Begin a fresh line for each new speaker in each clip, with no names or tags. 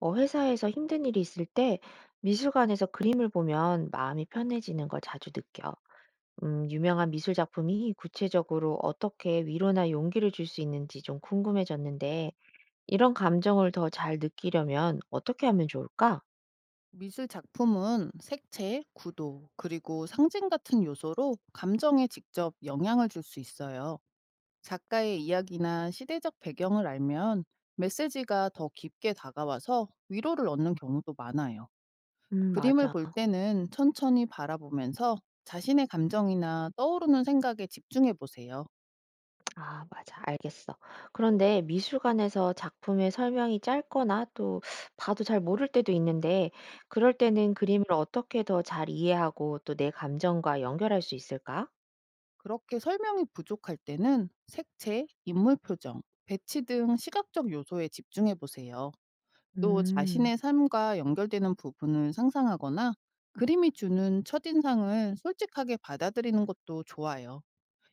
회사에서 힘든 일이 있을 때 미술관에서 그림을 보면 마음이 편해지는 걸 자주 느껴. 유명한 미술 작품이 구체적으로 어떻게 위로나 용기를 줄 수 있는지 좀 궁금해졌는데, 이런 감정을 더 잘 느끼려면 어떻게 하면 좋을까?
미술 작품은 색채, 구도, 그리고 상징 같은 요소로 감정에 직접 영향을 줄 수 있어요. 작가의 이야기나 시대적 배경을 알면 메시지가 더 깊게 다가와서 위로를 얻는 경우도 많아요. 그림을
맞아.
볼 때는 천천히 바라보면서 자신의 감정이나 떠오르는 생각에 집중해 보세요.
아, 맞아. 알겠어. 그런데 미술관에서 작품의 설명이 짧거나 또 봐도 잘 모를 때도 있는데, 그럴 때는 그림을 어떻게 더 잘 이해하고 또 내 감정과 연결할 수 있을까?
그렇게 설명이 부족할 때는 색채, 인물 표정, 배치 등 시각적 요소에 집중해 보세요. 또
음.
자신의 삶과 연결되는 부분을 상상하거나 그림이 주는 첫인상을 솔직하게 받아들이는 것도 좋아요.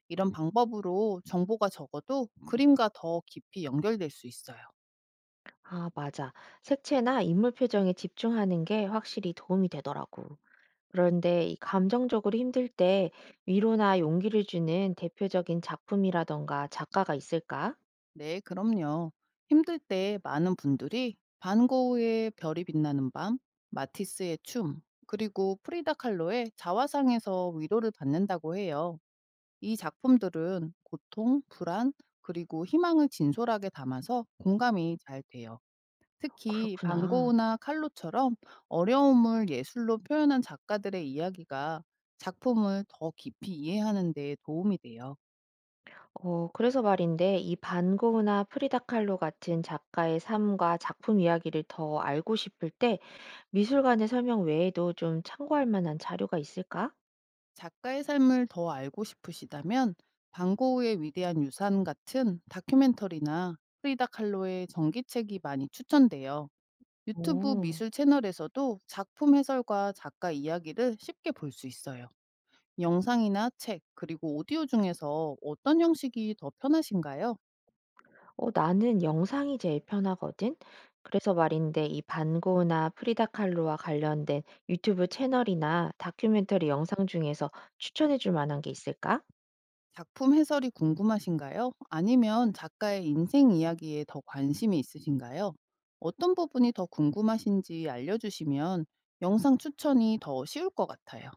이런 방법으로 정보가 적어도 그림과 더 깊이 연결될 수 있어요.
아, 맞아. 색채나 인물 표정에 집중하는 게 확실히 도움이 되더라고. 그런데 이 감정적으로 힘들 때 위로나 용기를 주는 대표적인 작품이라던가 작가가 있을까?
네, 그럼요. 힘들 때 많은 분들이 반 고흐의 별이 빛나는 밤, 마티스의 춤, 그리고 프리다 칼로의 자화상에서 위로를 받는다고 해요. 이 작품들은 고통, 불안, 그리고 희망을 진솔하게 담아서 공감이 잘 돼요. 특히 반고우
그렇구나.
나 칼로처럼 어려움을 예술로 표현한 작가들의 이야기가 작품을 더 깊이 이해하는 데 도움이 돼요.
그래서 말인데 이 반고흐나 프리다 칼로 같은 작가의 삶과 작품 이야기를 더 알고 싶을 때 미술관의 설명 외에도 좀 참고할 만한 자료가 있을까?
작가의 삶을 더 알고 싶으시다면 반고우의 위대한 유산 같은 다큐멘터리나 프리다 칼로의 전기책이 많이 추천돼요. 유튜브
오.
미술 채널에서도 작품 해설과 작가 이야기를 쉽게 볼 수 있어요. 영상이나 책, 그리고 오디오 중에서 어떤 형식이 더 편하신가요?
나는 영상이 제일 편하거든. 그래서 말인데 이 반고나 프리다 칼로와 관련된 유튜브 채널이나 다큐멘터리 영상 중에서 추천해 줄 만한 게 있을까?
작품 해설이 궁금하신가요? 아니면 작가의 인생 이야기에 더 관심이 있으신가요? 어떤 부분이 더 궁금하신지 알려주시면 영상 추천이 더 쉬울 것 같아요.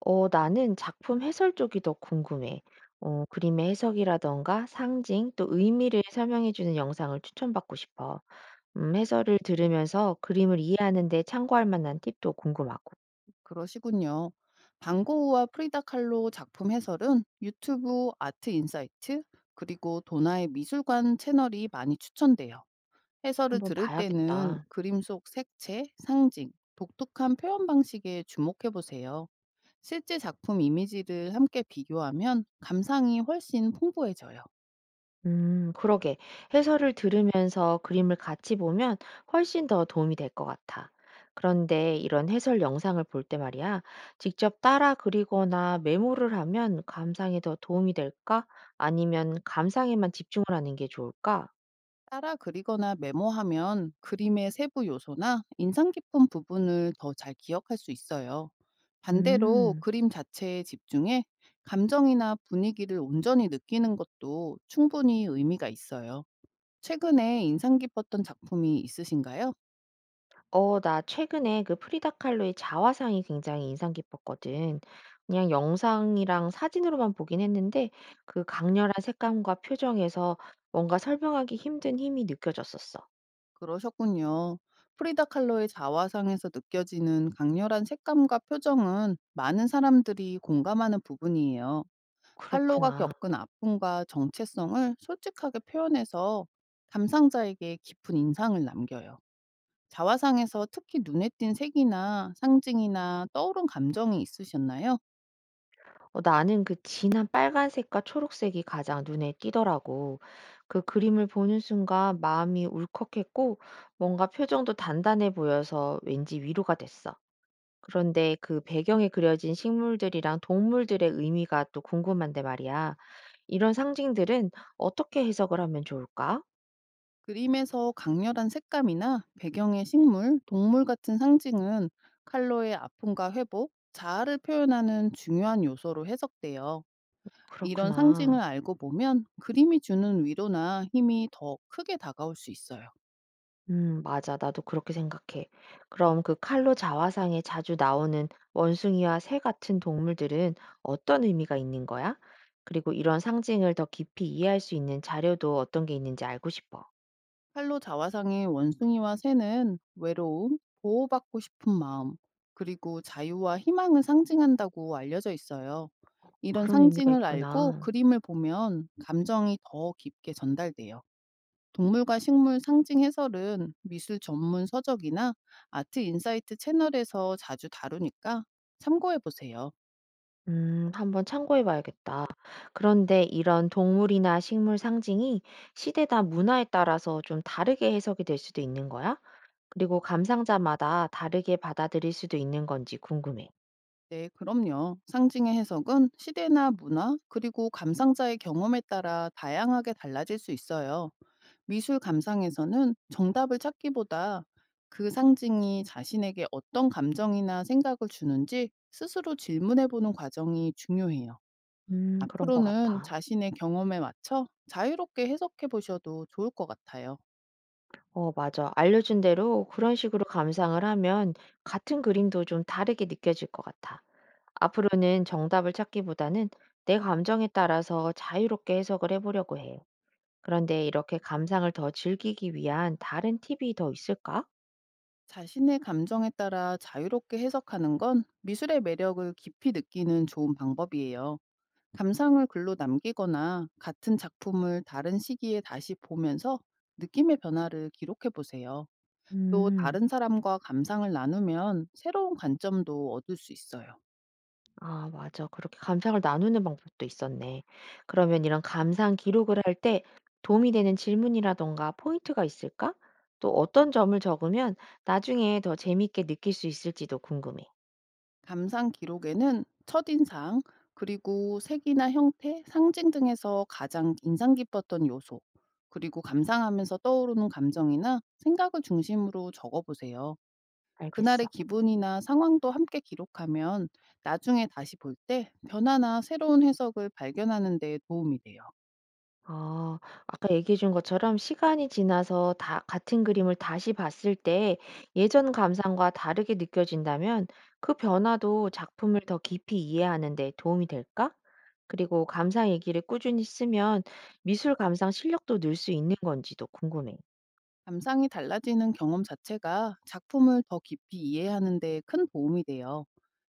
나는 작품 해설 쪽이 더 궁금해. 그림의 해석이라던가 상징, 또 의미를 설명해 주는 영상을 추천받고 싶어. 해설을 들으면서 그림을 이해하는 데 참고할 만한 팁도 궁금하고.
그러시군요. 방고우와 프리다 칼로 작품 해설은 유튜브 아트 인사이트, 그리고 도나의 미술관 채널이 많이 추천돼요. 해설을
한번
들을 때는
봐야겠다.
그림 속 색채, 상징, 독특한 표현 방식에 주목해 보세요. 실제 작품 이미지를 함께 비교하면 감상이 훨씬 풍부해져요.
그러게. 해설을 들으면서 그림을 같이 보면 훨씬 더 도움이 될 것 같아. 그런데 이런 해설 영상을 볼 때 말이야, 직접 따라 그리거나 메모를 하면 감상에 더 도움이 될까? 아니면 감상에만 집중을 하는 게 좋을까?
따라 그리거나 메모하면 그림의 세부 요소나 인상 깊은 부분을 더 잘 기억할 수 있어요. 반대로
음.
그림 자체에 집중해 감정이나 분위기를 온전히 느끼는 것도 충분히 의미가 있어요. 최근에 인상 깊었던 작품이 있으신가요?
나 최근에 그 프리다 칼로의 자화상이 굉장히 인상 깊었거든. 그냥 영상이랑 사진으로만 보긴 했는데 그 강렬한 색감과 표정에서 뭔가 설명하기 힘든 힘이 느껴졌었어.
그러셨군요. 프리다 칼로의 자화상에서 느껴지는 강렬한 색감과 표정은 많은 사람들이 공감하는 부분이에요. 칼로가
그렇구나.
겪은 아픔과 정체성을 솔직하게 표현해서 감상자에게 깊은 인상을 남겨요. 자화상에서 특히 눈에 띈 색이나 상징이나 떠오른 감정이 있으셨나요?
나는 그 진한 빨간색과 초록색이 가장 눈에 띄더라고. 그 그림을 보는 순간 마음이 울컥했고 뭔가 표정도 단단해 보여서 왠지 위로가 됐어. 그런데 그 배경에 그려진 식물들이랑 동물들의 의미가 또 궁금한데 말이야. 이런 상징들은 어떻게 해석을 하면 좋을까?
그림에서 강렬한 색감이나 배경의 식물, 동물 같은 상징은 칼로의 아픔과 회복, 자아를 표현하는 중요한 요소로 해석돼요. 이런 상징을
그렇구나.
알고 보면 그림이 주는 위로나 힘이 더 크게 다가올 수 있어요.
맞아. 나도 그렇게 생각해. 그럼 그 칼로 자화상에 자주 나오는 원숭이와 새 같은 동물들은 어떤 의미가 있는 거야? 그리고 이런 상징을 더 깊이 이해할 수 있는 자료도 어떤 게 있는지 알고 싶어.
칼로 자화상의 원숭이와 새는 외로움, 보호받고 싶은 마음, 그리고 자유와 희망을 상징한다고 알려져 있어요. 이런
그런 의미가
상징을 알고
있구나.
그림을 보면 감정이 더 깊게 전달돼요. 동물과 식물 상징 해설은 미술 전문 서적이나 아트 인사이트 채널에서 자주 다루니까 참고해 보세요.
한번 참고해 봐야겠다. 그런데 이런 동물이나 식물 상징이 시대나 문화에 따라서 좀 다르게 해석이 될 수도 있는 거야? 그리고 감상자마다 다르게 받아들일 수도 있는 건지 궁금해.
네, 그럼요. 상징의 해석은 시대나 문화, 그리고 감상자의 경험에 따라 다양하게 달라질 수 있어요. 미술 감상에서는 정답을 찾기보다 그 상징이 자신에게 어떤 감정이나 생각을 주는지 스스로 질문해 보는 과정이 중요해요.
그런 것
앞으로는
같아.
자신의 경험에 맞춰 자유롭게 해석해 보셔도 좋을 것 같아요.
어, 맞아. 알려준 대로 그런 식으로 감상을 하면 같은 그림도 좀 다르게 느껴질 것 같아. 앞으로는 정답을 찾기보다는 내 감정에 따라서 자유롭게 해석을 해보려고 해. 그런데 이렇게 감상을 더 즐기기 위한 다른 팁이 더 있을까?
자신의 감정에 따라 자유롭게 해석하는 건 미술의 매력을 깊이 느끼는 좋은 방법이에요. 감상을 글로 남기거나 같은 작품을 다른 시기에 다시 보면서 느낌의 변화를 기록해 보세요. 또
음,
다른 사람과 감상을 나누면 새로운 관점도 얻을 수 있어요.
아, 맞아. 그렇게 감상을 나누는 방법도 있었네. 그러면 이런 감상 기록을 할 때 도움이 되는 질문이라던가 포인트가 있을까? 또 어떤 점을 적으면 나중에 더 재밌게 느낄 수 있을지도 궁금해.
감상 기록에는 첫인상, 그리고 색이나 형태, 상징 등에서 가장 인상 깊었던 요소, 그리고 감상하면서 떠오르는 감정이나 생각을 중심으로 적어보세요. 그날의
알겠어.
기분이나 상황도 함께 기록하면 나중에 다시 볼 때 변화나 새로운 해석을 발견하는 데 도움이 돼요.
아, 아까 얘기해 준 것처럼 시간이 지나서 다 같은 그림을 다시 봤을 때 예전 감상과 다르게 느껴진다면 그 변화도 작품을 더 깊이 이해하는 데 도움이 될까? 그리고 감상 얘기를 꾸준히 쓰면 미술 감상 실력도 늘 수 있는 건지도 궁금해.
감상이 달라지는 경험 자체가 작품을 더 깊이 이해하는 데 큰 도움이 돼요.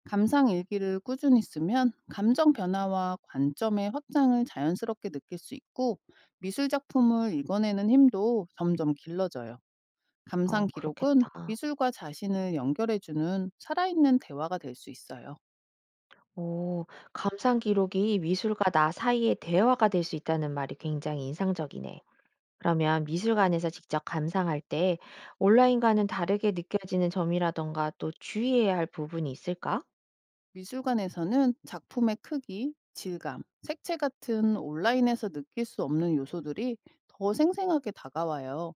감상 일기를 꾸준히 쓰면 감정 변화와 관점의 확장을 자연스럽게 느낄 수 있고 미술 작품을 읽어내는 힘도 점점 길러져요. 감상
어,
기록은
그렇겠다.
미술과 자신을 연결해주는 살아있는 대화가 될 수 있어요.
오, 감상 기록이 미술과 나 사이의 대화가 될 수 있다는 말이 굉장히 인상적이네. 그러면 미술관에서 직접 감상할 때 온라인과는 다르게 느껴지는 점이라던가 또 주의해야 할 부분이 있을까?
미술관에서는 작품의 크기, 질감, 색채 같은 온라인에서 느낄 수 없는 요소들이 더 생생하게 다가와요.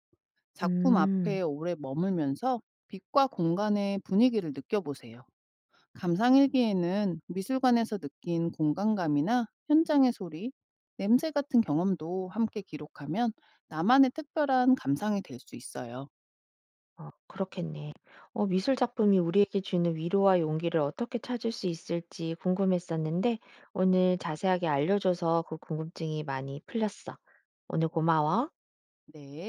작품
음,
앞에 오래 머물면서 빛과 공간의 분위기를 느껴보세요. 감상일기에는 미술관에서 느낀 공간감이나 현장의 소리, 냄새 같은 경험도 함께 기록하면 나만의 특별한 감상이 될 수 있어요.
어, 그렇겠네. 미술 작품이 우리에게 주는 위로와 용기를 어떻게 찾을 수 있을지 궁금했었는데 오늘 자세하게 알려줘서 그 궁금증이 많이 풀렸어. 오늘 고마워.
네.